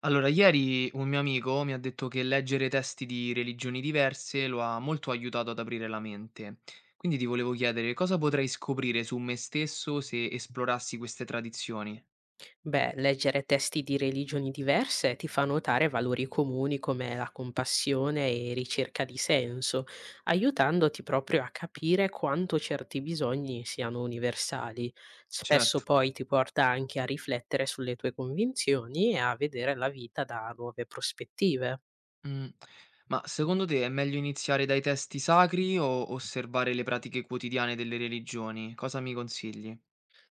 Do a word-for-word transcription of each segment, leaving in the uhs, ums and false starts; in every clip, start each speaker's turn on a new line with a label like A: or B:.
A: Allora, ieri un mio amico mi ha detto che leggere testi di religioni diverse lo ha molto aiutato ad aprire la mente. Quindi ti volevo chiedere cosa potrei scoprire su me stesso se esplorassi queste tradizioni?
B: Beh, leggere testi di religioni diverse ti fa notare valori comuni come la compassione e ricerca di senso, aiutandoti proprio a capire quanto certi bisogni siano universali. Spesso
A: Certo.
B: poi ti porta anche a riflettere sulle tue convinzioni e a vedere la vita da nuove prospettive.
A: Mm. Ma secondo te è meglio iniziare dai testi sacri o osservare le pratiche quotidiane delle religioni? Cosa mi consigli?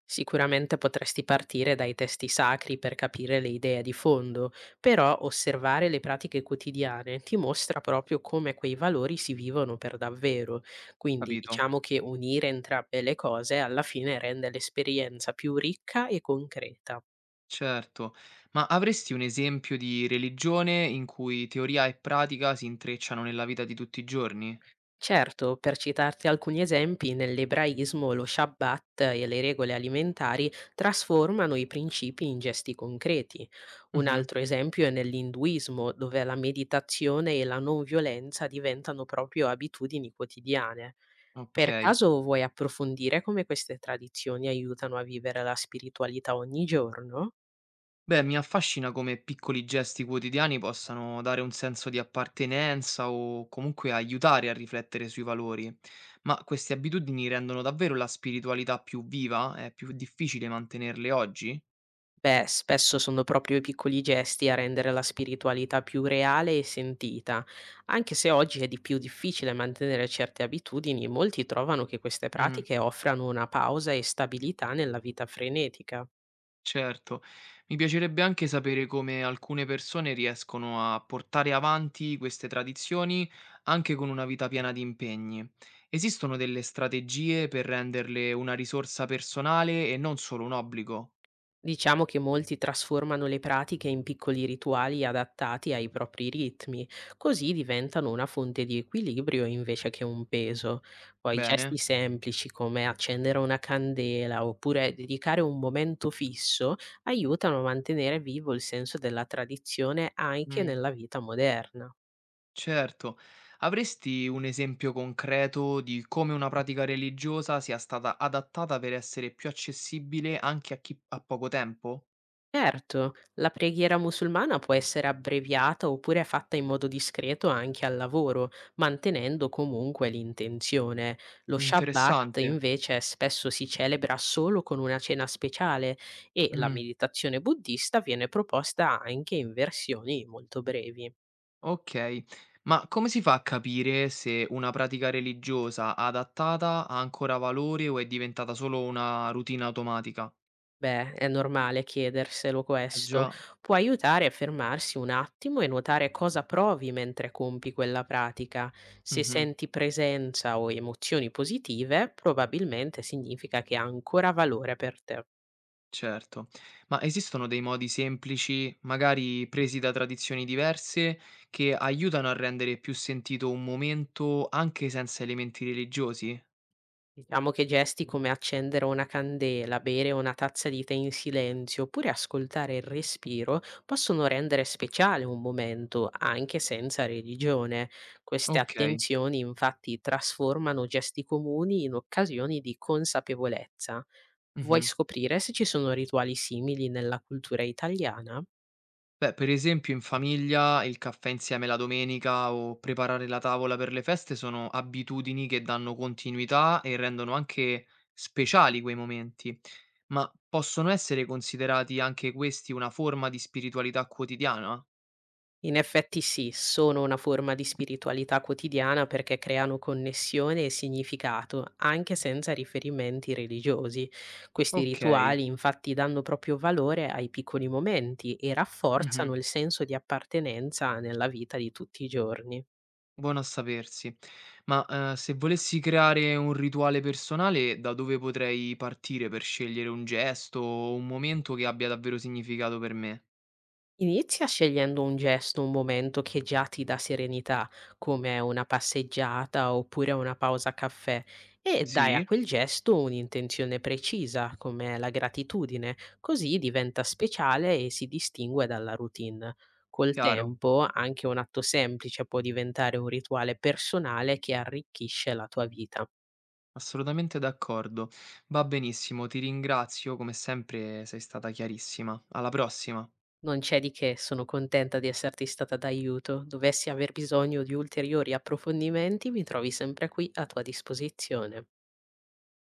B: Sicuramente potresti partire dai testi sacri per capire le idee di fondo, però osservare le pratiche quotidiane ti mostra proprio come quei valori si vivono per davvero. Quindi
A: Capito?
B: diciamo che unire entrambe le cose alla fine rende l'esperienza più ricca e concreta.
A: Certo. Ma avresti un esempio di religione in cui teoria e pratica si intrecciano nella vita di tutti i giorni?
B: Certo, per citarti alcuni esempi, nell'ebraismo lo Shabbat e le regole alimentari trasformano i principi in gesti concreti. Un
A: Mhm.
B: altro esempio è nell'induismo, dove la meditazione e la non violenza diventano proprio abitudini quotidiane. Per
A: Okay.
B: caso vuoi approfondire come queste tradizioni aiutano a vivere la spiritualità ogni giorno?
A: Beh, mi affascina come piccoli gesti quotidiani possano dare un senso di appartenenza o comunque aiutare a riflettere sui valori. Ma queste abitudini rendono davvero la spiritualità più viva? È più difficile mantenerle oggi?
B: Beh, spesso sono proprio i piccoli gesti a rendere la spiritualità più reale e sentita. Anche se oggi è di più difficile mantenere certe abitudini, molti trovano che queste
A: Mh,
B: pratiche offrano una pausa e stabilità nella vita frenetica.
A: certo. Mi piacerebbe anche sapere come alcune persone riescono a portare avanti queste tradizioni anche con una vita piena di impegni. Esistono delle strategie per renderle una risorsa personale e non solo un obbligo?
B: Diciamo che molti trasformano le pratiche in piccoli rituali adattati ai propri ritmi, così diventano una fonte di equilibrio invece che un peso. Poi gesti
A: Bene,
B: semplici come accendere una candela oppure dedicare un momento fisso aiutano a mantenere vivo il senso della tradizione anche
A: mh,
B: nella vita moderna.
A: certo. Avresti un esempio concreto di come una pratica religiosa sia stata adattata per essere più accessibile anche a chi ha poco tempo?
B: Certo, la preghiera musulmana può essere abbreviata oppure fatta in modo discreto anche al lavoro, mantenendo comunque l'intenzione. Lo Shabbat
A: Interessante.
B: invece spesso si celebra solo con una cena speciale e la
A: Mm,
B: meditazione buddista viene proposta anche in versioni molto brevi.
A: ok, ma come si fa a capire se una pratica religiosa adattata ha ancora valore o è diventata solo una routine automatica?
B: Beh, è normale chiederselo
A: Eh
B: questo.
A: già.
B: Può aiutare a fermarsi un attimo e notare cosa provi mentre compi quella pratica. Se
A: Mhm.
B: senti presenza o emozioni positive, probabilmente significa che ha ancora valore per te.
A: Certo. Ma esistono dei modi semplici, magari presi da tradizioni diverse, che aiutano a rendere più sentito un momento anche senza elementi religiosi?
B: Diciamo che gesti come accendere una candela, bere una tazza di tè in silenzio oppure ascoltare il respiro possono rendere speciale un momento, anche senza religione. Queste
A: Okay.
B: attenzioni infatti trasformano gesti comuni in occasioni di consapevolezza. Vuoi
A: Mh-mh.
B: scoprire se ci sono rituali simili nella cultura italiana?
A: Beh, per esempio in famiglia il caffè insieme la domenica o preparare la tavola per le feste sono abitudini che danno continuità e rendono anche speciali quei momenti. Ma possono essere considerati anche questi una forma di spiritualità quotidiana?
B: In effetti sì, sono una forma di spiritualità quotidiana perché creano connessione e significato, anche senza riferimenti religiosi. Questi
A: Okay.
B: rituali infatti danno proprio valore ai piccoli momenti e
A: Mh-mh.
B: rafforzano il senso di appartenenza nella vita di tutti i giorni.
A: Buono a sapersi. Ma, ehm, se volessi creare un rituale personale, da dove potrei partire per scegliere un gesto o un momento che abbia davvero significato per me?
B: Inizia scegliendo un gesto, un momento che già ti dà serenità, come una passeggiata oppure una pausa caffè, e dai a
A: Sì?
B: quel gesto un'intenzione precisa, come la gratitudine, così diventa speciale e si distingue dalla routine. Col
A: Chiaro,
B: tempo anche un atto semplice può diventare un rituale personale che arricchisce la tua vita.
A: assolutamente d'accordo. Va benissimo, ti ringrazio, come sempre sei stata chiarissima. Alla prossima.
B: Non c'è di che, sono contenta di esserti stata d'aiuto. Dovessi aver bisogno di ulteriori approfondimenti, mi trovi sempre qui a tua disposizione.